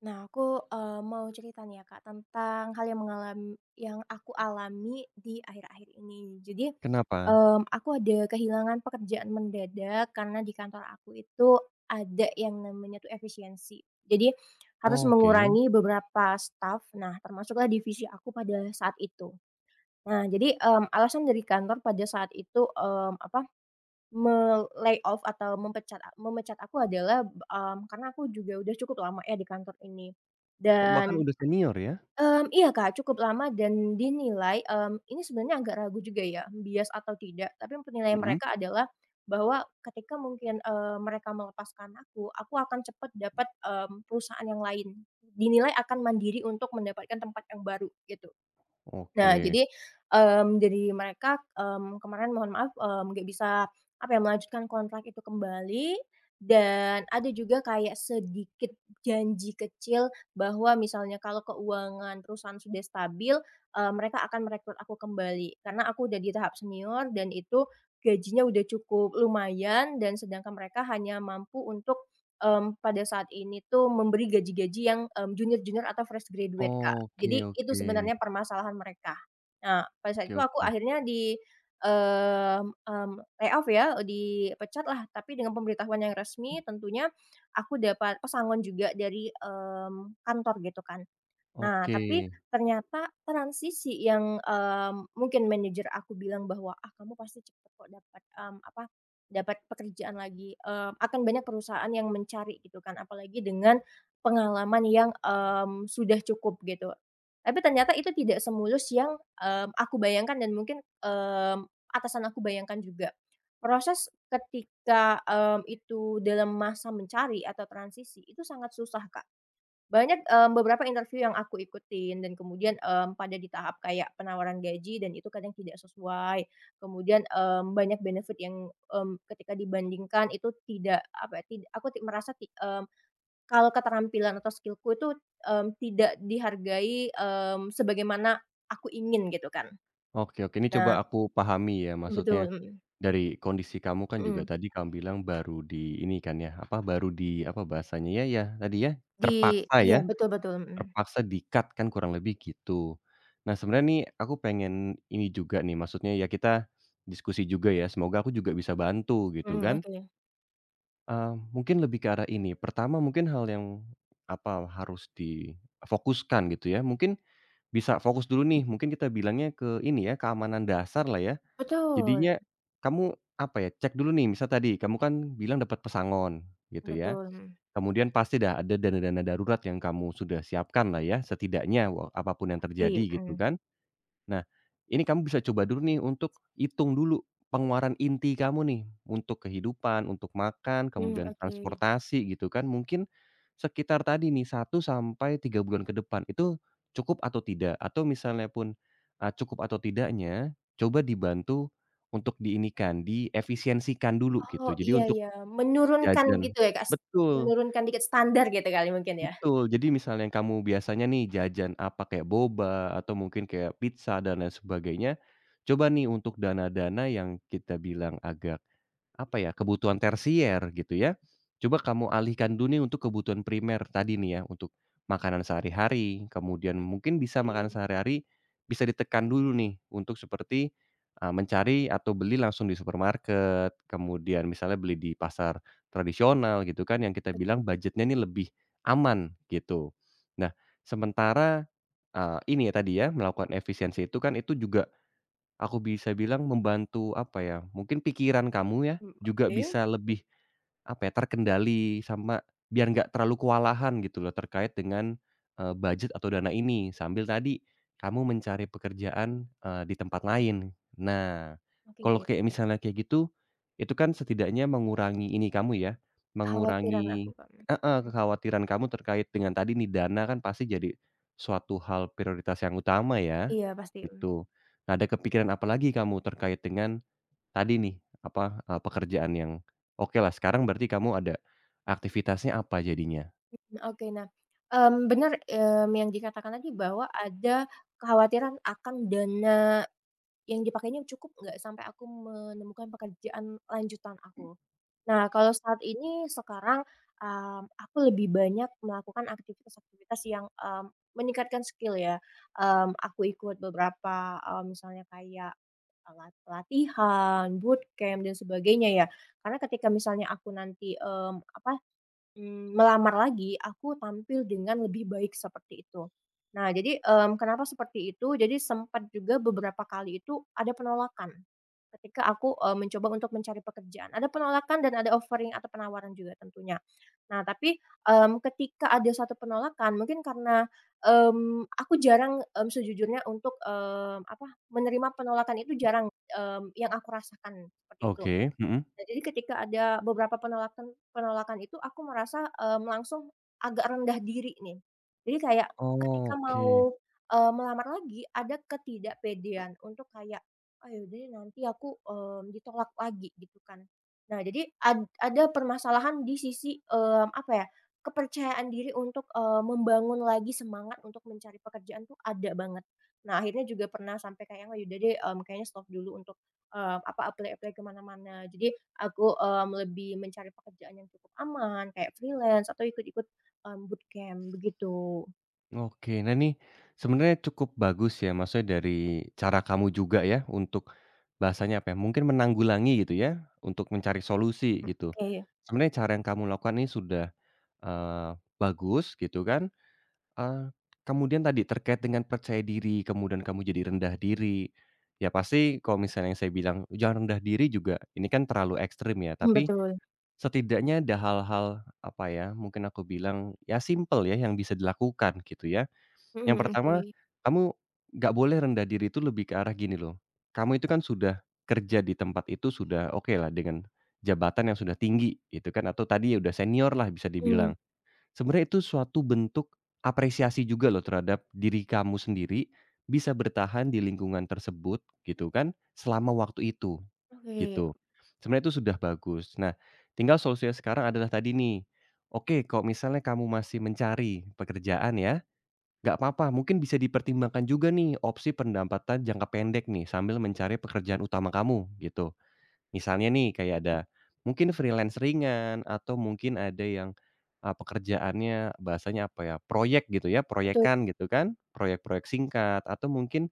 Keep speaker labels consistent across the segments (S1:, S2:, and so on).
S1: Nah, aku, mau cerita nih ya, Kak, tentang hal yang mengalami yang aku alami di akhir-akhir ini. Jadi,
S2: Kenapa?
S1: mmm, aku ada kehilangan pekerjaan mendadak karena di kantor aku itu ada yang namanya tuh efisiensi. Jadi, harus
S2: Oke.
S1: mengurangi beberapa staff, nah termasuklah divisi aku pada saat itu. Nah, jadi, alasan dari kantor pada saat itu, apa, me-layoff atau memecat aku adalah, karena aku juga udah cukup lama ya di kantor ini.
S2: Oh, bahkan
S1: Dan,
S2: udah senior ya?
S1: iya Kak, cukup lama dan dinilai, ini sebenarnya agak ragu juga ya, bias atau tidak, tapi penilaian
S2: Mhm.
S1: mereka adalah bahwa ketika mungkin, mereka melepaskan aku akan cepat dapat, perusahaan yang lain. Dinilai akan mandiri untuk mendapatkan tempat yang baru, gitu. Nah,
S2: Oke.
S1: jadi, mmm, jadi mereka, kemarin mohon maaf, nggak bisa, apa ya, melanjutkan kontrak itu kembali, dan ada juga kayak sedikit janji kecil bahwa misalnya kalau keuangan perusahaan sudah stabil, mereka akan merekrut aku kembali. Karena aku udah di tahap senior dan itu gajinya udah cukup lumayan, dan sedangkan mereka hanya mampu untuk pada saat ini tuh memberi gaji-gaji yang, junior-junior atau fresh graduate, Kak.
S2: Oke
S1: Jadi itu
S2: oke.
S1: sebenarnya permasalahan mereka. Nah, pada saat
S2: Oke
S1: itu aku
S2: oke.
S1: akhirnya di, mmm, mmm, layoff ya, dipecat lah, tapi dengan pemberitahuan yang resmi. Tentunya aku dapat pesangon juga dari, kantor gitu kan. Nah,
S2: Oke.
S1: tapi ternyata transisi yang, mungkin manajer aku bilang bahwa, "Ah, kamu pasti cepet kok dapat, apa, dapat pekerjaan lagi," akan banyak perusahaan yang mencari gitu kan, apalagi dengan pengalaman yang, sudah cukup gitu. Tapi ternyata itu tidak semulus yang, aku bayangkan dan mungkin, atasan aku bayangkan juga. Proses ketika, itu dalam masa mencari atau transisi itu sangat susah, Kak. Banyak, beberapa interview yang aku ikutin dan kemudian, pada di tahap kayak penawaran gaji dan itu kadang tidak sesuai. Kemudian, banyak benefit yang, ketika dibandingkan itu tidak, apa ya, tidak aku ti merasa ti mmm, kalau keterampilan atau skillku itu, tidak dihargai, sebagaimana aku ingin gitu kan.
S2: Oke oke, ini coba
S1: Nah
S2: aku pahami ya,
S1: betul,
S2: maksudnya
S1: mhm
S2: dari kondisi kamu kan
S1: mhm.
S2: juga tadi kamu bilang baru di ini kan ya, apa, baru di apa bahasanya ya ya tadi
S1: Di iya
S2: ya,
S1: betul betul, mhm
S2: terpaksa di-cut kan kurang lebih gitu. Nah, sebenarnya nih aku pengen ini juga nih, maksudnya ya kita diskusi juga ya, semoga aku juga bisa bantu gitu
S1: mhm,
S2: kan.
S1: oke.
S2: Mungkin lebih ke arah ini, pertama mungkin hal yang, apa, harus difokuskan gitu ya, mungkin bisa fokus dulu nih, mungkin kita bilangnya ke ini ya, keamanan dasar lah ya.
S1: Betul
S2: Jadinya kamu, apa ya, cek dulu nih, misal tadi kamu kan bilang dapat pesangon gitu ya,
S1: betul, mhm.
S2: kemudian pasti dah ada dana-dana darurat yang kamu sudah siapkan lah ya, setidaknya wa apa yang
S1: Pasti,
S2: terjadi gitu
S1: mhm
S2: kan. Nah, ini kamu bisa coba dulu nih untuk hitung dulu pengeluaran inti kamu nih, untuk kehidupan, untuk makan,
S1: mhm,
S2: kemudian
S1: oke.
S2: transportasi gitu kan. Mungkin sekitar tadi nih satu sampai 3 bulan ke depan, itu cukup atau tidak? Atau misalnya pun, cukup atau tidaknya, coba dibantu untuk diinikan, diefisiensikan dulu
S1: Oh,
S2: gitu. Jadi
S1: iya
S2: untuk
S1: iya, menurunkan
S2: jajan
S1: gitu ya, Kak, s
S2: betul.
S1: menurunkan dikit standar gitu kali mungkin ya?
S2: Betul, jadi misalnya yang kamu biasanya nih jajan apa, kayak boba atau mungkin kayak pizza dan lain sebagainya, coba nih untuk dana-dana yang kita bilang agak apa ya, kebutuhan tersier gitu ya. Coba kamu alihkan dulu nih untuk kebutuhan primer tadi nih ya, untuk makanan sehari-hari, kemudian mungkin bisa makanan
S1: Oke,
S2: sehari-hari bisa ditekan dulu nih untuk seperti, mencari atau beli langsung di supermarket, kemudian misalnya beli di pasar tradisional gitu kan yang kita bilang budgetnya ini lebih aman gitu. Nah, sementara, ini ya tadi ya, melakukan efisiensi itu kan itu juga aku bisa bilang membantu, apa ya, mungkin pikiran kamu ya,
S1: mmm,
S2: juga
S1: oke
S2: bisa lebih, apa ya, terkendali sama biar nggak terlalu kewalahan gitu loh terkait dengan, budget atau dana ini, sambil tadi kamu mencari pekerjaan, di tempat lain. Nah,
S1: oke,
S2: kalau kayak
S1: mmm,
S2: misalnya kayak gitu, itu kan setidaknya mengurangi ini kamu ya,
S1: kekhawatiran aku,
S2: mengurangi
S1: Kak,
S2: heeh,
S1: mhm,
S2: kekhawatiran kamu terkait dengan tadi nih dana kan pasti jadi suatu hal prioritas yang utama ya,
S1: iya pasti,
S2: gitu. Nah, ada kepikiran apa lagi kamu terkait dengan tadi nih, apa, pekerjaan yang okelah sekarang berarti kamu ada aktivitasnya apa jadinya?
S1: nah oke nah, bener, yang dikatakan tadi bahwa ada kekhawatiran akan dana yang dipakainya cukup nggak sampai aku menemukan pekerjaan lanjutan aku. Nah, kalau saat ini sekarang, aku lebih banyak melakukan aktivitas-aktivitas yang, meningkatkan skill ya, aku ikut beberapa, misalnya kayak, eee, la pelatihan, bootcamp dan sebagainya ya. Karena ketika misalnya aku nanti, melamar lagi, aku tampil dengan lebih baik seperti itu. Nah jadi, kenapa seperti itu, jadi sempat juga beberapa kali itu ada penolakan, ketika aku, mencoba untuk mencari pekerjaan. Ada penolakan dan ada offering atau penawaran juga tentunya. Nah tapi, ketika ada satu penolakan mungkin karena, aku jarang, sejujurnya untuk, apa, menerima penolakan itu jarang, yang aku rasakan seperti itu.
S2: Oke, mhm.
S1: Nah, jadi ketika ada beberapa penolakan penolakan itu aku merasa, langsung agak rendah diri nih. Jadi kayak ketika
S2: Oke.
S1: mau, melamar lagi ada ketidakpedean untuk kayak, "Ah, ya udah deh nanti aku, ditolak lagi," gitu kan. Nah, jadi ada permasalahan di sisi, apa ya, kepercayaan diri untuk, membangun lagi semangat untuk mencari pekerjaan tuh ada banget. Nah, akhirnya juga pernah sampai kayak, "Oh, ya udah deh, kayaknya stop dulu untuk, apa, apply-apply ke mana-mana." Jadi aku, lebih mencari pekerjaan yang cukup aman kayak freelance atau ikut-ikut, bootcamp begitu.
S2: Oke. Nah, ini sebenarnya cukup bagus ya, maksudnya dari cara kamu juga ya untuk bahasanya apa ya, mungkin menanggulangi gitu ya, untuk mencari solusi gitu.
S1: Oke,
S2: Sebenarnya cara yang kamu lakukan ini sudah, eee, bagus gitu kan. Eee, Kemudian tadi terkait dengan percaya diri, kemudian kamu jadi rendah diri, ya pasti kalau misalnya yang saya bilang jangan rendah diri juga ini kan terlalu ekstrim ya, tapi
S1: betul,
S2: setidaknya ada hal-hal, apa ya, mungkin aku bilang ya simpel ya yang bisa dilakukan gitu ya.
S1: mhm,
S2: Yang pertama,
S1: oke,
S2: kamu nggak boleh rendah diri itu lebih ke arah gini loh, kamu itu kan sudah kerja di tempat itu sudah okelah dengan jabatan yang sudah tinggi gitu kan atau tadi ya udah senior lah bisa
S1: mhm,
S2: dibilang. Sebenarnya itu suatu bentuk apresiasi juga loh terhadap diri kamu sendiri, bisa bertahan di lingkungan tersebut gitu kan, selama waktu itu,
S1: oke,
S2: gitu. Sebenarnya itu sudah bagus. Nah, tinggal solusinya sekarang adalah tadi nih, oke kalau misalnya kamu masih mencari pekerjaan ya, nggak apa-apa mungkin bisa dipertimbangkan juga nih opsi pendapatan jangka pendek nih, sambil mencari pekerjaan utama kamu, gitu. Misalnya nih kayak ada mungkin freelance ringan atau mungkin ada yang, pekerjaannya bahasanya apa ya, proyek gitu ya,
S1: betul
S2: proyekan gitu kan, proyek-proyek singkat atau mungkin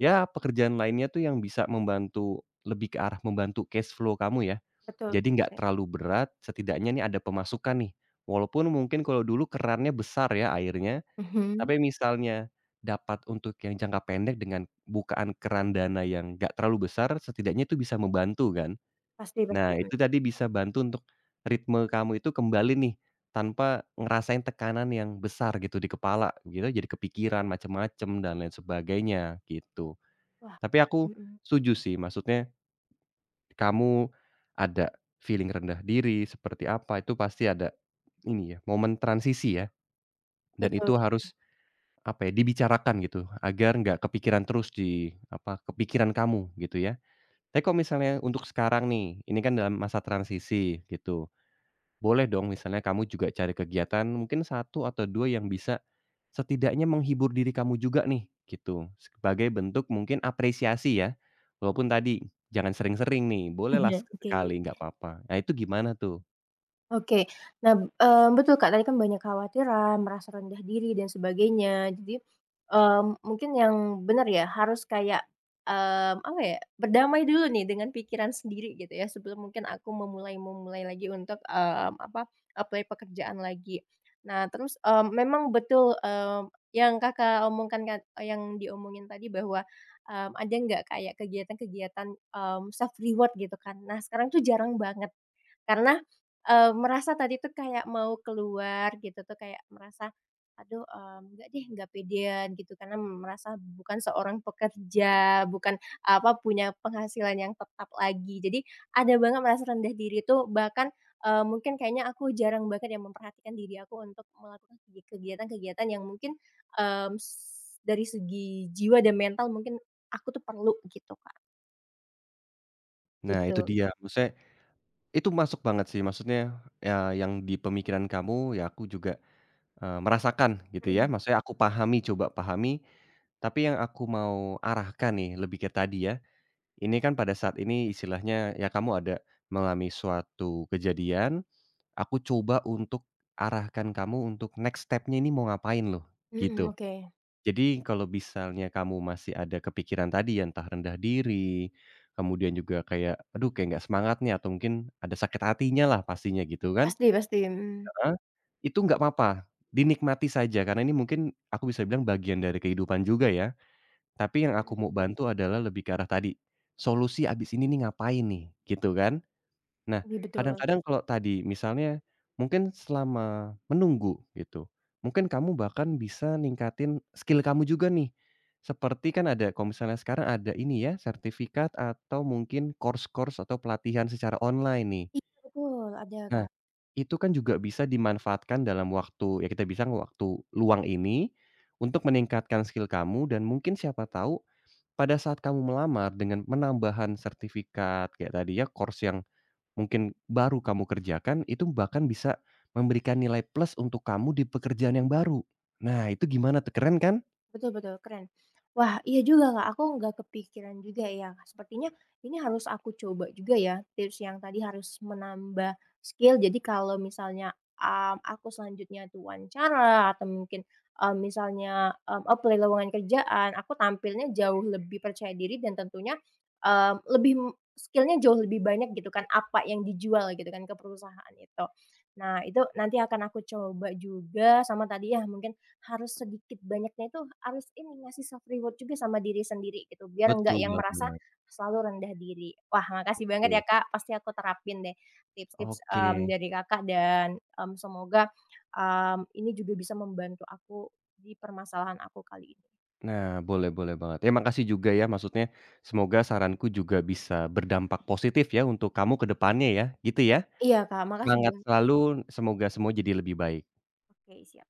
S2: ya pekerjaan lainnya tuh yang bisa membantu lebih ke arah membantu cash flow kamu ya.
S1: betul,
S2: Jadi
S1: bisa,
S2: nggak terlalu berat, setidaknya nih ada pemasukan nih. Walaupun mungkin kalau dulu kerannya besar ya airnya,
S1: mhm,
S2: tapi misalnya dapat untuk yang jangka pendek dengan bukaan keran dana yang nggak terlalu besar, setidaknya itu bisa membantu kan.
S1: pasti pasti,
S2: Nah,
S1: mhm.
S2: itu tadi bisa bantu untuk ritme kamu itu kembali nih, tanpa ngerasain tekanan yang besar gitu di kepala, gitu, jadi kepikiran macem-macem dan lain sebagainya, gitu.
S1: Wah,
S2: Tapi aku
S1: mhm,
S2: setuju sih, maksudnya kamu ada feeling rendah diri seperti apa, itu pasti ada ini ya, momen transisi ya, dan
S1: betul,
S2: itu harus, apa ya, dibicarakan gitu, agar nggak kepikiran terus di, apa, kepikiran kamu, gitu ya. Tapi kalau misalnya untuk sekarang nih, ini kan dalam masa transisi, gitu. Boleh dong misalnya kamu juga cari kegiatan mungkin satu atau 2 yang bisa setidaknya menghibur diri kamu juga nih, gitu. Sebagai bentuk mungkin apresiasi ya, walaupun tadi jangan sering-sering nih, bolehlah
S1: oke.
S2: sekali nggak apa-apa. Nah, itu gimana tuh?
S1: Oke. Nah, betul Kak, tadi kan banyak khawatiran, merasa rendah diri dan sebagainya. Jadi, mungkin yang benar ya, harus kayak, apa ya, berdamai dulu nih dengan pikiran sendiri gitu ya, sebelum mungkin aku memulai memulai lagi untuk, apa, apply pekerjaan lagi. Nah, terus, memang betul, yang Kakak omongkan kan eh, yang diomongin tadi bahwa, ada nggak kayak kegiatan-kegiatan, self reward gitu kan. Nah, sekarang tuh jarang banget. Karena, merasa tadi tuh kayak mau keluar gitu tuh kayak merasa, "Aduh, enggak deh, nggak pedean," gitu karena merasa bukan seorang pekerja, bukan apa, punya penghasilan yang tetap lagi. Jadi ada banget merasa rendah diri tuh bahkan, mungkin kayaknya aku jarang banget yang memperhatikan diri aku untuk melakukan kegiatan-kegiatan yang mungkin, mmm, s dari segi jiwa dan mental mungkin aku tuh perlu gitu, Kak.
S2: Nah, itu
S1: Gitu.
S2: dia, maksudnya itu masuk banget sih, maksudnya ya yang di pemikiran kamu ya aku juga, merasakan gitu ya,
S1: Mhm
S2: maksudnya aku pahami, coba pahami, tapi yang aku mau arahkan nih lebih ke tadi ya. Ini kan pada saat ini istilahnya ya kamu ada mengalami suatu kejadian, aku coba untuk arahkan kamu untuk next step-nya ini mau ngapain loh,
S1: mhm,
S2: gitu.
S1: oke.
S2: Jadi kalau misalnya kamu masih ada kepikiran tadi yang entah rendah diri, kemudian juga kayak, "Aduh kayak nggak semangat nih," atau mungkin ada sakit hatinya lah pastinya gitu kan,
S1: Pasti pasti, mhm
S2: heeh, itu nggak apa, dinikmati saja karena ini mungkin aku bisa bilang bagian dari kehidupan juga ya. Tapi yang aku
S1: mhm,
S2: mau bantu adalah lebih ke arah tadi, solusi abis ini nih ngapain nih, gitu kan. Nah,
S1: iya betul.
S2: kadang-kadang kalau tadi misalnya mungkin selama menunggu gitu, mungkin kamu bahkan bisa ningkatin skill kamu juga nih. Seperti kan ada kalau misalnya sekarang ada ini ya, sertifikat atau mungkin course-course atau pelatihan secara online nih.
S1: Iya betul, ada
S2: Nah,
S1: Kak,
S2: itu kan juga bisa dimanfaatkan dalam waktu ya kita bisa waktu luang ini, untuk meningkatkan skill kamu dan mungkin siapa tahu pada saat kamu melamar dengan penambahan sertifikat kayak tadi ya, course yang mungkin baru kamu kerjakan, itu bahkan bisa memberikan nilai plus untuk kamu di pekerjaan yang baru. Nah, itu gimana tuh, keren kan?
S1: betul betul, keren. Wah iya juga Kak, aku nggak kepikiran juga ya, sepertinya ini harus aku coba juga ya, tips yang tadi harus menambah skill, jadi kalau misalnya, aku selanjutnya tuh wawancara atau mungkin, misalnya, apply lowongan kerjaan, aku tampilnya jauh lebih percaya diri dan tentunya, eee, lebih m skill jauh lebih banyak gitu kan, apa yang dijual gitu kan ke perusahaan itu. Nah itu nanti akan aku coba juga sama tadi ya, mungkin harus sedikit banyaknya itu harus ini, ngasih self reward juga sama diri sendiri gitu, biar nggak
S2: Betul
S1: yang merasa, "Ah,
S2: banget,
S1: selalu rendah diri." Wah, makasih banget ya,
S2: betul.
S1: Kak, pasti aku terapin deh tips-tips,
S2: Oke.
S1: dari Kakak dan, semoga, ini juga bisa membantu aku di permasalahan aku kali ini.
S2: Nah, boleh boleh banget. Ya makasih juga ya, maksudnya semoga saranku juga bisa berdampak positif ya untuk kamu ke depannya ya, gitu ya?
S1: Iya, Kak, makasih
S2: Semangat
S1: banyak.
S2: selalu, semoga semua jadi lebih baik.
S1: Oke, siap.